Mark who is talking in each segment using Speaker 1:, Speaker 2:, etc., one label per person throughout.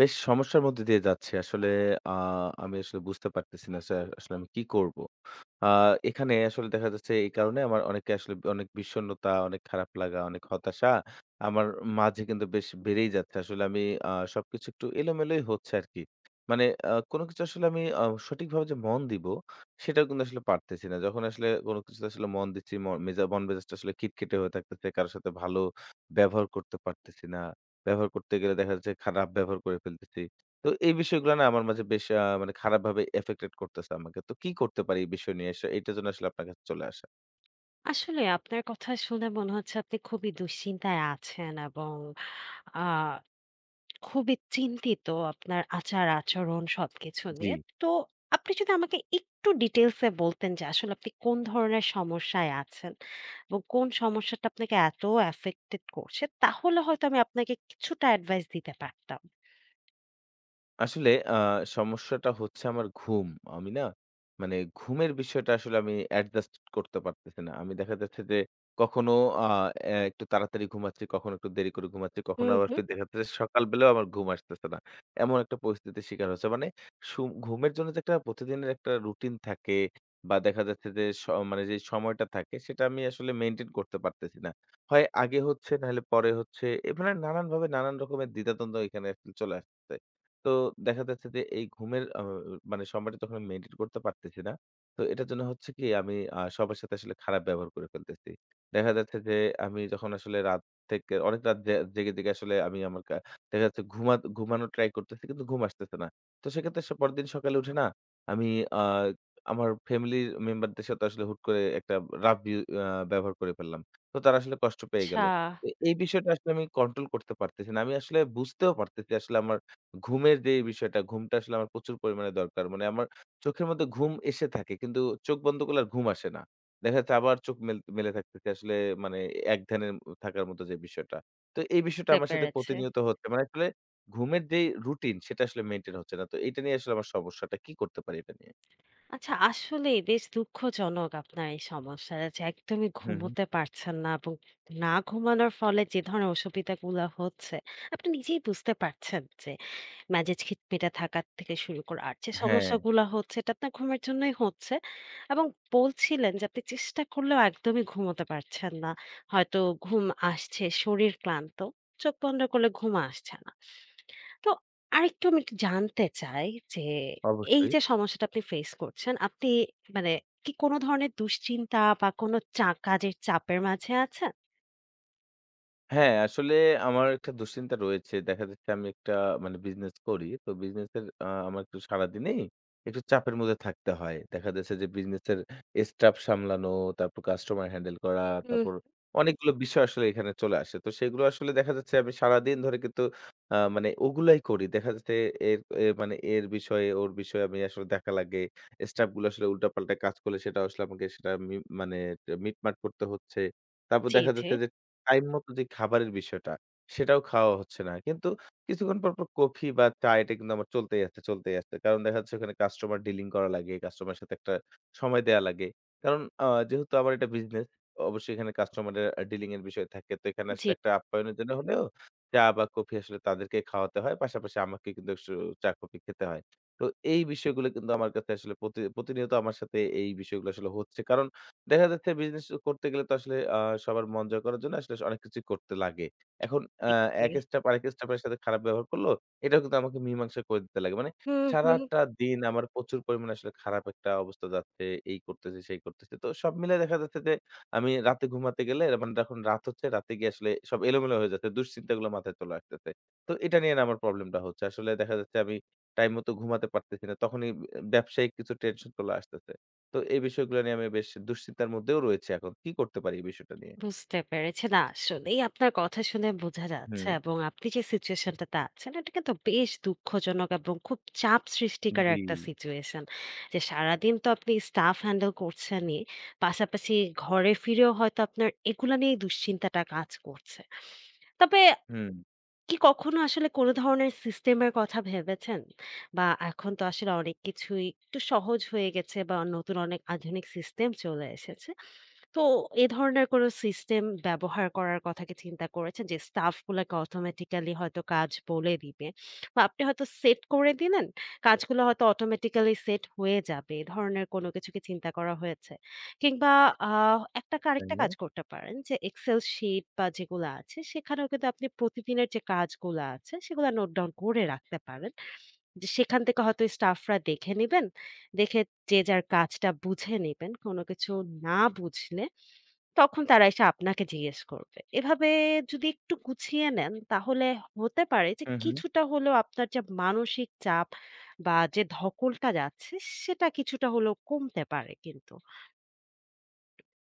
Speaker 1: বেশ সমস্যার মধ্যে দিয়ে যাচ্ছি। আসলে আ আমি আসলে বুঝতে পারতেছি না আসলে আসলে আমি কি করব? আ এখানে আসলে দেখা যাচ্ছে এই কারণে আমার অনেকে আসলে অনেক বিষণ্ণতা, অনেক খারাপ লাগা, অনেক হতাশা আমার মাঝে কিন্তু বেশ বেড়েই যাচ্ছে। আসলে আমি আ সবকিছু একটু এলোমেলোই হচ্ছে আরকি। মানে কোনো কিছু আসলে আমি সঠিকভাবে যে মন দিব, সেটাও কিন্তু আসলে পারতেছি না। যখন আসলে কোনো কিছুতে আসলে মন দিচ্ছি, ম মেজা মন মেজাজটা আসলে খিটখিটে হয়ে থাকতেছে। কারো সাথে ভালো ব্যবহার করতে পারতেছি না। ব্যবহার করতে গেলে দেখা যাচ্ছে খারাপ ব্যবহার করে ফেলতেছি। তো এই বিষয়গুলো না আমার মাঝে বেশ মানে খারাপভাবে এফেক্টেড করতেছে আমাকে। তো কি করতে পারি এই বিষয় নিয়ে এসে এটার জন্য আসলে আপনার কাছে চলে আসা?
Speaker 2: আসলে আপনার কথা শুনে মনে হচ্ছে আপনি খুবই দুশ্চিন্তায় আছেন এবং আহ, খুবই চিন্তিত আপনার আচার আচরণ সবকিছু
Speaker 1: জি।
Speaker 2: নিয়ে। তো আপনি যদি আমাকে একটু ডিটেলসে বলতেন যে আসলে আপনি কোন ধরনের সমস্যায় আছেন এবং কোন সমস্যাটা আপনাকে এত অ্যাফেক্টেড করছে, তাহলে হয়তো আমি আপনাকে কিছুটা অ্যাডভাইস দিতে পারতাম।
Speaker 1: আসলে সমস্যাটা হচ্ছে আমার ঘুম। আমি না মানে ঘুমের বিষয়টা আসলে আমি অ্যাডজাস্ট করতে পারতেছি না। আমি দেখা যাচ্ছে যে কখনো আ এ একটু তাড়াতাড়ি ঘুমাচ্ছি, কখনো একটু দেরি করে ঘুমাচ্ছি, কখনো
Speaker 2: হুম
Speaker 1: আবার
Speaker 2: হুম।
Speaker 1: একটু দেখা যাচ্ছে সকাল বেলাও আমার ঘুম আসতেছে না। এমন একটা পরিস্থিতির শিকার হচ্ছে। মানে সু ঘুমের জন্য যে একটা প্রতিদিনের একটা রুটিন থাকে বা দেখা যাচ্ছে যে মানে যে সময়টা থাকে সেটা আমি আসলে মেইনটেইন করতে পারতেছি না। হয় আগে হচ্ছে নাহলে পরে হচ্ছে। মানে নানানভাবে নানান রকমের দ্বিধাদ্বন্দ্ব এখানে আসলে চলে আসছে। তো দেখা যাচ্ছে যে এই ঘুমের মানে সময়টা যখন আমি মেইনটেইন করতে পারতেছি না, তো এটার জন্য হচ্ছে কি আমি সবার সাথে আসলে খারাপ ব্যবহার করে ফেলতেছি। দেখা যাচ্ছে যে আমি যখন আসলে রাত থেকে অনেক রাত জেগে আসলে আমি আমার দেখা যাচ্ছে ঘুমানোর ট্রাই করতেছি কিন্তু ঘুম আসতেছে না। তো সেক্ষেত্রে সে পরেরদিন সকালে উঠে না আমি আ আমার ফ্যামিলির মেম্বারদের সাথে আসলে হুট করে একটা রাফ বিউ আ ব্যবহার করে ফেললাম। তো তারা আসলে কষ্ট পেয়ে গেল।
Speaker 2: আচ্ছা।
Speaker 1: তো এই বিষয়টা আসলে আমি কন্ট্রোল করতে পারতেছি না। আমি আসলে বুঝতেও পারতেছি আসলে আমার ঘুমের যে বিষয়টা, ঘুমটা আসলে আমার প্রচুর পরিমাণে দরকার। মানে আমার চোখের মধ্যে ঘুম এসে থাকে কিন্তু চোখ বন্ধ করলে আর ঘুম আসে না। দেখা যাচ্ছে আবার চোখ মেলে থাকতেছি আসলে মানে এক ধ্যানে থাকার মতো যে বিষয়টা। তো এই বিষয়টা
Speaker 2: বুঝতে
Speaker 1: আমার সাথে
Speaker 2: পেরেছি।
Speaker 1: প্রতিনিয়ত হচ্ছে। মানে আসলে ঘুমের যেই রুটিন সেটা আসলে মেইনটেইন হচ্ছে না। তো এটা নিয়ে আসলে আমার সমস্যাটা। কি করতে পারি এটা নিয়ে?
Speaker 2: আচ্ছা, আসলেই বেশ দুঃখজনক আপনার এই সমস্যাটা যে একদমই
Speaker 1: হুম, হুম।
Speaker 2: ঘুমোতে পারছেন না, এবং না ঘুমানোর ফলে যে ধরনের অসুবিধাগুলা হচ্ছে, আপনি নিজেই বুঝতে পারছেন যে মেজাজ খিটমিটে থাকার থেকে শুরু করে আর যে
Speaker 1: হ্যাঁ,
Speaker 2: সমস্যাগুলা হচ্ছে, এটা আপনার ঘুমের জন্যই হচ্ছে। এবং বলছিলেন যে আপনি চেষ্টা করলেও একদমই ঘুমোতে পারছেন না। হয়তো ঘুম আসছে, শরীর ক্লান্ত, চোখ বন্ধ করলে ঘুম আসছে না। তো আরেকটু আমি একটু জানতে চাই যে এই
Speaker 1: অবশ্যই।
Speaker 2: যে সমস্যাটা আপনি ফেস করছেন, আপনি মানে কি কোন ধরনের দুশ্চিন্তা বা কোন কাজের চাপের মাঝে আছেন?
Speaker 1: হ্যাঁ, আসলে আমার একটা দুশ্চিন্তা রয়েছে। দেখা যাচ্ছে আমি একটা মানে বিজনেস করি। তো বিজনেসের আমার একটু সারাদিনেই একটু চাপের মধ্যে থাকতে হয়। দেখা যাচ্ছে যে বিজনেসের স্টাফ সামলানো, তারপর কাস্টমার হ্যান্ডেল করা,
Speaker 2: হুম।
Speaker 1: তারপর অনেকগুলো বিষয় আসলে এখানে চলে আসে। তো সেগুলো আসলে দেখা যাচ্ছে আমি সারাদিন ধরে কিন্তু মানে ওগুলাই করি। দেখা যাচ্ছে এর এ মানে এর বিষয়ে ওর বিষয়ে আমি আসলে দেখা লাগে। স্টাফ গুলো আসলে উল্টাপাল্টা কাজ করলে সেটা আসলে আমাকে সেটা মানে মিটমাট করতে হচ্ছে। তারপর
Speaker 2: জি,
Speaker 1: দেখা
Speaker 2: জি।
Speaker 1: যাচ্ছে যে টাইম মতো যে খাবারের বিষয়টা, সেটাও খাওয়া হচ্ছে না। কিন্তু কিছুক্ষণ পরপর কফি বা চা এটা কিন্তু আমার চলতেই আছে, চলতেই আছে। কারণ দেখা যাচ্ছে ওখানে কাস্টমার ডিলিং করা লাগে, কাস্টমারের সাথে একটা সময় দেয়া লাগে। কারণ যেহেতু আমার এটা বিজনেস, অবশ্যই এখানে কাস্টমারের ডিলিং এর বিষয় থাকে। তো এখানে
Speaker 2: জি,
Speaker 1: আসলে একটা আপ্যায়নের জন্য হলেও চা বা কফি আসলে তাদেরকে খাওয়াতে হয়। পাশাপাশি আমাকে কিন্তু একটু চা, কফি খেতে হয়। তো এই বিষয়গুলো কিন্তু আমার কাছে আসলে প্রতিনিয়ত আমার সাথে এই বিষয়গুলো আসলে হচ্ছে। কারণ দেখা যাচ্ছে বিজনেস করতে গেলে তো আসলে সবার মন জয় করার জন্য আসলে অনেক কিছুই করতে লাগে। এখন আ
Speaker 2: জি, জি।
Speaker 1: এক স্টাফ আরেক স্টাফের সাথে খারাপ ব্যবহার করলো, এটাও কিন্তু আমাকে মীমাংসা করে দিতে লাগে। মানে
Speaker 2: হুম, হুম।
Speaker 1: সারাটা দিন আমার প্রচুর পরিমাণে আসলে খারাপ একটা অবস্থা যাচ্ছে। এই করতেছি, সেই করতেছি। তো সব মিলায়ে দেখা যাচ্ছে যে আমি রাতে ঘুমাতে গেলে মানে যখন রাত হচ্ছে, রাতে গিয়ে আসলে সব এলোমেলো হয়ে যাচ্ছে। দুশ্চিন্তাগুলো মাথায় চলে আসতেছে। তো এটা নিয়ে না আমার প্রবলেমটা হচ্ছে। আসলে দেখা যাচ্ছে আমি টাইম মতো ঘুমাতে পারতেছি না। তখনই ব্যবসায়িক কিছু টেনশন চলে আসতেছে। তো এই বিষয়গুলো নিয়ে আমি বেশ দুশ্চিন্তার মধ্যেও রয়েছি এখন। কি করতে পারি এই বিষয়টা নিয়ে?
Speaker 2: বুঝতে পেরেছি। না, আসলেই আপনার কথা শুনে বোঝা
Speaker 1: হুম,
Speaker 2: যাচ্ছে, এবং আপনি যে সিচুয়েশনটাতে আছেন এটা কিন্তু বেশ দুঃখজনক এবং খুব চাপ সৃষ্টিকারী
Speaker 1: জি।
Speaker 2: একটা সিচুয়েশন। যে সারাদিন তো আপনি স্টাফ হ্যান্ডেল করছেনই, পাশাপাশি ঘরে ফিরেও হয়তো আপনার এগুলা নিয়েই দুশ্চিন্তাটা কাজ করছে। তবে
Speaker 1: হুম।
Speaker 2: কি কখনো আসলে কোনো ধরনের সিস্টেমের কথা ভেবেছেন? বা এখন তো আসলে অনেক কিছুই একটু সহজ হয়ে গেছে বা নতুন অনেক আধুনিক সিস্টেম চলে এসেছে। তো এ ধরনের কোনো সিস্টেম ব্যবহার করার কথা কি চিন্তা করেছেন? যে স্টাফ গুলাকে অটোমেটিক্যালি হয়তো কাজ বলে দিবে। বা আপনি হয়তো সেট করে দিলেন, কাজগুলো হয়তো অটোমেটিক্যালি সেট হয়ে যাবে। এ ধরনের কোনো কিছু কি চিন্তা করা হয়েছে? কিংবা আ একটাকে
Speaker 1: তাই
Speaker 2: আরেকটা
Speaker 1: না?
Speaker 2: কাজ করতে পারেন যে এক্সেল শিট বা যেগুলা আছে সেখানেও কিন্তু আপনি প্রতিদিনের যে কাজগুলা আছে সেগুলা নোট ডাউন করে রাখতে পারেন। যে সেখান থেকে হয়তো স্টাফরা দেখে নিবেন। দেখে যে যার কাজটা বুঝে নিবেন। কোনো কিছু না বুঝলে তখন তারা এসে আপনাকে জিজ্ঞেস করবে। এভাবে যদি একটু গুছিয়ে নেন, তাহলে হতে পারে যে
Speaker 1: হুম, হুম।
Speaker 2: কিছুটা হলেও আপনার যে মানসিক চাপ বা যে ধকলটা যাচ্ছে সেটা কিছুটা হলেও কমতে পারে কিন্তু।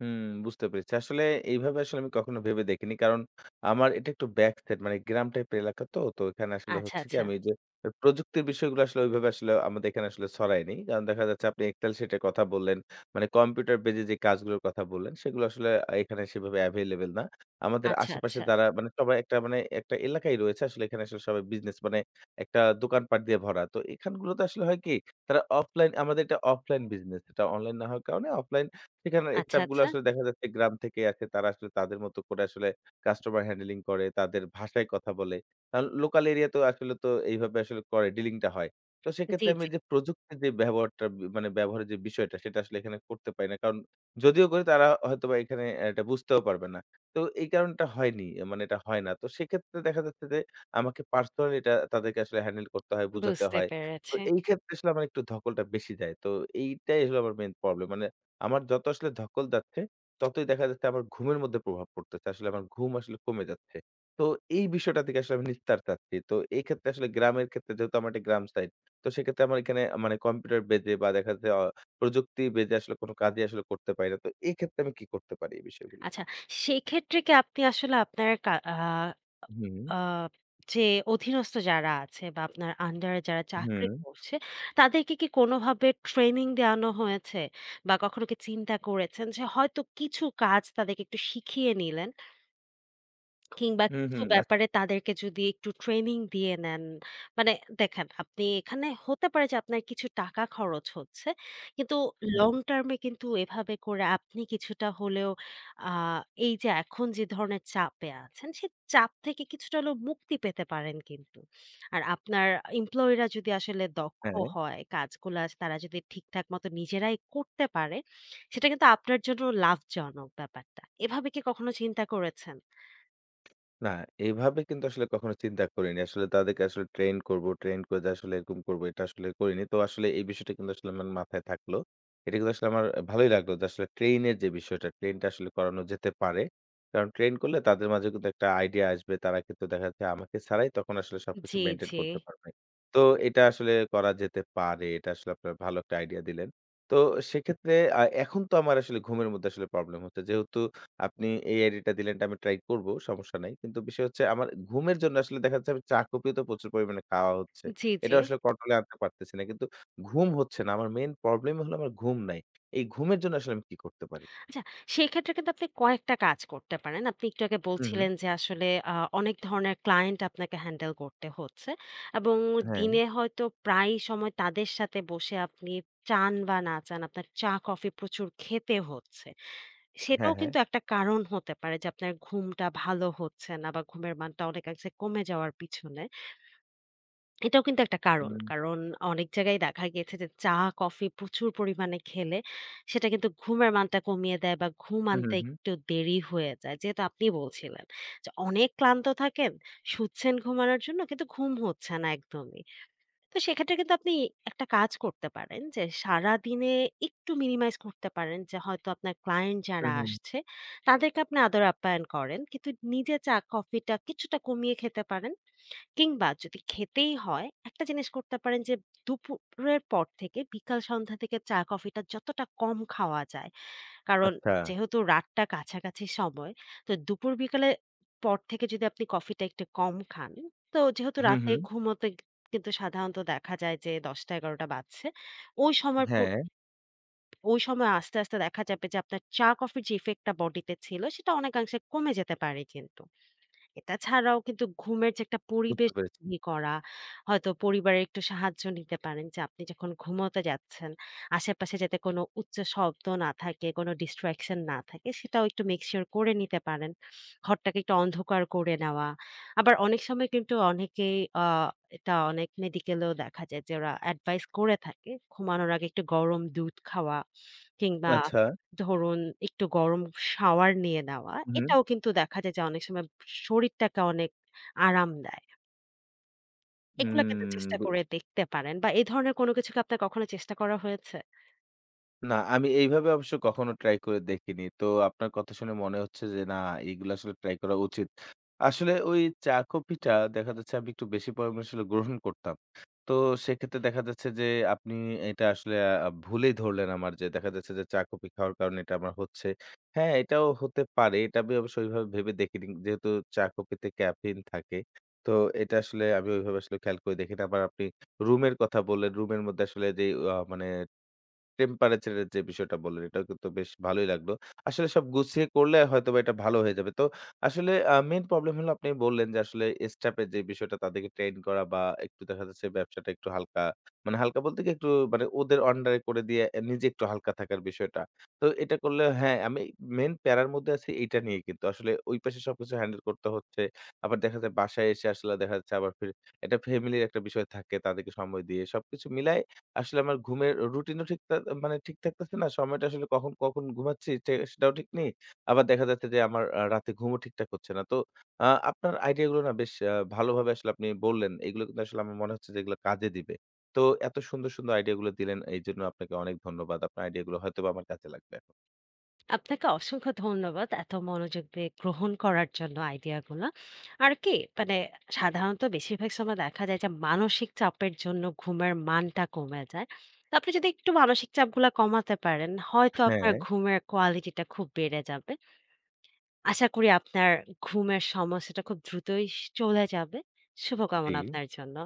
Speaker 1: হুম, বুঝতে পেরেছি। আসলে এইভাবে আসলে আমি কখনো ভেবে দেখিনি। কারণ আমার এটা একটু ব্যাক সাইড মানে গ্রাম টাইপের এলাকা তো। তো এখানে আসলে
Speaker 2: আচ্ছা,
Speaker 1: হচ্ছে কি
Speaker 2: আচ্ছা,
Speaker 1: আমি যে প্রযুক্তির বিষয়গুলো আসলে ওইভাবে আসলে আমাদের এখানে আসলে ছড়ায়নি। কারণ দেখা যাচ্ছে আপনি Excel sheet এর কথা বললেন, মানে কম্পিউটার বেজে যে কাজগুলোর কথা বললেন সেগুলো আসলে এখানে সেভাবে available না। আমাদের
Speaker 2: আচ্ছা,
Speaker 1: আশেপাশে
Speaker 2: আচ্ছা,
Speaker 1: যারা মানে সবাই একটা মানে একটা এলাকাই রয়েছে আসলে এখানে আসলে সবাই বিজনেস মানে একটা দোকানপাট দিয়ে ভরা। তো এখানগুলোতে আসলে হয় কি তারা অফলাইন আমাদের এটা অফলাইন বিজনেস। এটা অনলাইন না হওয়ার কারণে অফলাইন সেখানে
Speaker 2: আচ্ছা,
Speaker 1: স্টাফ গুলো
Speaker 2: আচ্ছা।
Speaker 1: আসলে দেখা যাচ্ছে গ্রাম থেকে আসে। তারা আসলে তাদের মতো করে আসলে কাস্টমার হ্যান্ডলিং করে, তাদের ভাষায় কথা বলে। কারণ লোকাল এরিয়াতেও আসলে তো এইভাবে আসলে করে ডিলিং টা হয়। তো
Speaker 2: জি,
Speaker 1: সেক্ষেত্রে আমি
Speaker 2: জি।
Speaker 1: যে প্রযুক্তির যে ব্যবহারটা মানে ব্যবহারের যে বিষয়টা সেটা আসলে এখানে করতে পারি না। কারণ যদিও করি তারা হয়তোবা এখানে এটা বুঝতেও পারবে না। তো এই কারণটা হয়নি, মানে এটা হয় না। তো সেক্ষেত্রে দেখা যাচ্ছে যে আমাকে পার্সোনালি এটা তাদেরকে আসলে হ্যান্ডেল করতে হয়, বুঝাতে
Speaker 2: বুঝতে
Speaker 1: হয়। তো
Speaker 2: পেরেছি।
Speaker 1: এই ক্ষেত্রে আসলে আমার একটু ধকলটা বেশি দেয়। তো এইটাই আসলে আমার মেইন প্রবলেম। মানে আমার যত আসলে ধকল যাচ্ছে, ততই দেখা যাচ্ছে আমার ঘুমের মধ্যে প্রভাব পড়তেছে। আসলে আমার ঘুম আসলে কমে যাচ্ছে। তো এই বিষয়টা থেকে আসলে আমি নিস্তার চাচ্ছি। তো এই ক্ষেত্রে আসলে গ্রামের ক্ষেত্রে যেহেতু আমার একটা গ্রাম সাইড। তো সেক্ষেত্রে আমার এখানে মানে কম্পিউটার বেজে বা দেখা যাচ্ছে প্রযুক্তি বেজে আসলে কোনো কাজই আসলে করতে পারি না। তো এই ক্ষেত্রে আমি কি করতে পারি এই বিষয়গুলো?
Speaker 2: আচ্ছা, সেক্ষেত্রে কি আপনি আসলে আপনার কা আ
Speaker 1: হুম,
Speaker 2: আ যে অধীনস্থ যারা আছে বা আপনার আন্ডারে যারা চাকরি
Speaker 1: হুম,
Speaker 2: করছে, তাদেরকে কি কোনোভাবে ট্রেনিং দেওয়ানো হয়েছে? বা কখনো কি চিন্তা করেছেন যে হয়তো কিছু কাজ তাদেরকে একটু শিখিয়ে নিলেন? কিংবা
Speaker 1: হুম,
Speaker 2: কিছু
Speaker 1: হুম, আচ্ছা,
Speaker 2: ব্যাপারে তাদেরকে যদি একটু ট্রেনিং দিয়ে নেন। মানে দেখেন, আপনি এখানে হতে পারে যে আপনার কিছু টাকা খরচ হচ্ছে। কিন্তু
Speaker 1: হুম, হুম,
Speaker 2: লং টার্ম এ কিন্তু এভাবে করে আপনি কিছুটা হলেও আ এই যে এখন যে ধরনের চাপে আছেন, সে চাপ থেকে কিছুটা হলেও মুক্তি পেতে পারেন কিন্তু। আর আপনার এমপ্লয়িরা যদি আসলে দক্ষ
Speaker 1: হ্যাঁ।
Speaker 2: হয়, কাজগুলা তারা যদি ঠিকঠাক মতো নিজেরাই করতে পারে, সেটা কিন্তু আপনার জন্য লাভজনক ব্যাপারটা। এভাবে কি কখনো চিন্তা করেছেন?
Speaker 1: না, এভাবে কিন্তু আসলে কখনো চিন্তা করিনি। আসলে তাদেরকে আসলে ট্রেন করব, ট্রেন করে যে আসলে এরকম করব, এটা আসলে করিনি। তো আসলে এই বিষয়টা কিন্তু আসলে আমার মাথায় থাকলো। এটা কিন্তু আসলে আমার ভালোই লাগলো যে আসলে ট্রেইনের যে বিষয়টা, ট্রেনটা আসলে করানো যেতে পারে। কারণ ট্রেন করলে তাদের মাঝে কিন্তু একটা আইডিয়া আসবে। তারা কিন্তু দেখা যাচ্ছে আমাকে ছাড়াই তখন আসলে সবকিছু
Speaker 2: জি,
Speaker 1: মেইনটেইন
Speaker 2: জি।
Speaker 1: করতে পারবে। তো এটা আসলে করা যেতে পারে। এটা আসলে আপনার ভালো একটা আইডিয়া দিলেন। তো সেক্ষেত্রে এখন তো আমার আসলে ঘুমের মধ্যে আসলে প্রবলেম হচ্ছে। যেহেতু আপনি এই আইডিয়াটা দিলেন এটা আমি ট্রাই করব। সমস্যা নাই। কিন্তু বিষয় হচ্ছে আমার ঘুমের জন্য আসলে দেখা যাচ্ছে আমি চা কফিও তো প্রচুর পরিমাণে খাওয়া হচ্ছে।
Speaker 2: জি,
Speaker 1: এটা
Speaker 2: জি।
Speaker 1: আসলে কন্ট্রোল এ আনতে পারতেছি না। কিন্তু ঘুম হচ্ছে না। আমার মেইন প্রবলেম হলো আমার ঘুম নাই। এই ঘুমের জন্য আসলে আমি কি করতে পারি?
Speaker 2: আচ্ছা, সেক্ষেত্রে কিন্তু আপনি কয়েকটা কাজ করতে পারেন। আপনি একটু আগে
Speaker 1: হু, হু।
Speaker 2: বলছিলেন যে আসলে আ অনেক ধরনের ক্লায়েন্ট আপনাকে হ্যান্ডেল করতে হচ্ছে, এবং
Speaker 1: হ্যাঁ,
Speaker 2: দিনে হয়তো প্রায় সময় তাদের সাথে বসে আপনি চান বা না চান আপনার চা, কফি প্রচুর খেতে হচ্ছে।
Speaker 1: হ্যাঁ,
Speaker 2: সেটাও
Speaker 1: হ্যাঁ।
Speaker 2: কিন্তু একটা কারণ হতে পারে যে আপনার ঘুমটা ভালো হচ্ছে না বা ঘুমের মানটা অনেকাংশে কমে যাওয়ার পিছনে। এটাও কিন্তু একটা কারণ।
Speaker 1: হুম,
Speaker 2: কারণ অনেক জায়গায় দেখা গিয়েছে যে চা, কফি প্রচুর পরিমাণে খেলে সেটা কিন্তু ঘুমের মানটা কমিয়ে দেয় বা ঘুম
Speaker 1: হু, হু,
Speaker 2: আনতে
Speaker 1: হু,
Speaker 2: একটু দেরি হয়ে যায়। যেহেতু আপনি বলছিলেন যে অনেক ক্লান্ত থাকেন, শুচ্ছেন ঘুমানোর জন্য কিন্তু ঘুম হচ্ছে না একদমই। তো সেক্ষেত্রে কিন্তু আপনি একটা কাজ করতে পারেন যে সারাদিনে একটু মিনিমাইজ করতে পারেন, যে হয়তো আপনার ক্লায়েন্ট
Speaker 1: হু,
Speaker 2: যারা
Speaker 1: হু।
Speaker 2: আসছে তাদেরকে আপনি আদর আপ্যায়ন করেন কিন্তু নিজে চা কফিটা কিছুটা কমিয়ে খেতে পারেন। কিংবা যদি খেতেই হয় একটা জিনিস করতে পারেন, যে দুপুরের পর থেকে বিকাল সন্ধ্যা থেকে চা কফিটা যতটা কম খাওয়া যায়। কারণ
Speaker 1: আচ্ছা।
Speaker 2: যেহেতু রাতটা কাছাকাছি সময়, তো দুপুর বিকালের পর থেকে যদি আপনি কফিটা একটু কম খান, তো যেহেতু
Speaker 1: হু,
Speaker 2: রাতে
Speaker 1: হু।
Speaker 2: ঘুমোতে কিন্তু সাধারণত দেখা যায় যে ১০টা-১১টা বাজছে। ওই সময় প
Speaker 1: হ্যাঁ,
Speaker 2: ওই সময় আস্তে, আস্তে দেখা যাবে যে আপনার চা-কফির যে ইফেক্ট টা বডিতে ছিল সেটা অনেকাংশে কমে যেতে পারে কিন্তু। এটা ছাড়াও কিন্তু ঘুমের যে একটা
Speaker 1: বুঝতে
Speaker 2: পরিবেশ
Speaker 1: পেরেছি।
Speaker 2: তৈরি করা, হয়তো পরিবারের একটু সাহায্য নিতে পারেন যে আপনি যখন ঘুমোতে যাচ্ছেন, আশেপাশে যাতে কোনো উচ্চ শব্দ না থাকে, কোনো distraction না থাকে সেটাও একটু make sure করে নিতে পারেন। ঘরটাকে একটু অন্ধকার করে নেওয়া। আবার অনেক সময় কিন্তু অনেকেই আ এটা অনেক মেডিকেলেও দেখা যায় যে ওরা advice করে থাকে। ঘুমানোর আগে একটু গরম দুধ খাওয়া কিংবা
Speaker 1: আচ্ছা।
Speaker 2: ধরুন একটু গরম শাওয়ার নিয়ে নেওয়া,
Speaker 1: হু, হু।
Speaker 2: এটাও কিন্তু দেখা যায় যে অনেক সময় শরীরটাকে অনেক আরাম দেয়। এগুলা কিন্তু
Speaker 1: উম
Speaker 2: চেষ্টা
Speaker 1: বু
Speaker 2: করে দেখতে পারেন বা এই ধরনের কোনো কিছু কি আপনার কখনো চেষ্টা করা হয়েছে?
Speaker 1: না, আমি এইভাবে অবশ্য কখনো ট্রাই করে দেখিনি। তো আপনার কথা শুনে মনে হচ্ছে যে না এইগুলা আসলে ট্রাই করা উচিত। আসলে ওই চা, কফিটা দেখা যাচ্ছে আমি একটু বেশি পরিমাণে আসলে গ্রহণ করতাম। তো সেক্ষেত্রে দেখা যাচ্ছে যে আপনি এটা আসলে ভুলেই ধরলেন আমার যে দেখা যাচ্ছে যে চা, কফি খাওয়ার কারণে এটা আমার হচ্ছে। হ্যাঁ, এটাও হতে পারে। এটা আমি অবশ্য ওইভাবে ভেবে দেখিনি। যেহেতু চা, কফিতে ক্যাফেইন থাকে। তো এটা আসলে আমি ওইভাবে আসলে খেয়াল করে দেখি না। আবার আপনি রুমের কথা বললেন। রুমের মধ্যে আসলে যেই মানে টেম্পারেচার এর যে বিষয়টা বললেন, এটাও কিন্তু বেশ ভালোই লাগলো। আসলে সব গুছিয়ে করলে হয়তোবা এটা ভালো হয়ে যাবে। তো আসলে মেইন প্রবলেম হলো আপনি বললেন যে আসলে স্টাফ এর যে বিষয়টা তাদেরকে ট্রেন করা বা একটু দেখা যাচ্ছে ব্যবসাটা একটু হালকা মানে হালকা বলতে কি একটু মানে ওদের আন্ডারে করে দিয়ে নিজে একটু হালকা থাকার বিষয়টা। তো এটা করলে হ্যাঁ, আমি মেইন প্যারার মধ্যে আছি এইটা নিয়ে কিন্তু। আসলে ওই পাশে সবকিছু হ্যান্ডেল করতে হচ্ছে। আবার দেখা যায় বাসায় এসে আসলে দেখা যাচ্ছে আবার একটা ফ্যামিলির একটা বিষয় থাকে তাদেরকে সময় দিয়ে। সবকিছু মিলায় আসলে আমার ঘুমের রুটিনও ঠিক থাক মানে ঠিক থাকতেছে না। সময়টা আসলে কখন, কখন ঘুমাচ্ছি সেটাও ঠিক নেই। আবার দেখা যাচ্ছে যে আমার রাতে ঘুমও ঠিকঠাক হচ্ছে না। তো আপনার আইডিয়া গুলো না বেশ ভালোভাবে আসলে আপনি বললেন। এগুলো কিন্তু আসলে আমার মনে হচ্ছে যে এগুলো কাজে দিবে। তো এত সুন্দর, সুন্দর আইডিয়া গুলো দিলেন। এইজন্য আপনাকে অনেক ধন্যবাদ। আপনার আইডিয়া গুলো হয়তোবা আমার কাজে লাগবে এখন।
Speaker 2: আপনাকে অসংখ্য ধন্যবাদ এত মনোযোগ দিয়ে গ্রহণ করার জন্য আইডিয়াগুলো। আর কি, মানে সাধারণত বেশিরভাগ সময় দেখা যায় যে মানসিক চাপের জন্য ঘুমের মানটা কমে যায়। তো আপনি যদি একটু মানসিক চাপগুলা কমাতে পারেন, হয়তো আপনার
Speaker 1: হ্যাঁ,
Speaker 2: ঘুমের কোয়ালিটিটা খুব বেড়ে যাবে। আশা করি আপনার ঘুমের সমস্যাটা খুব দ্রুতই চলে যাবে।
Speaker 1: জি।
Speaker 2: শুভকামনা আপনার জন্য।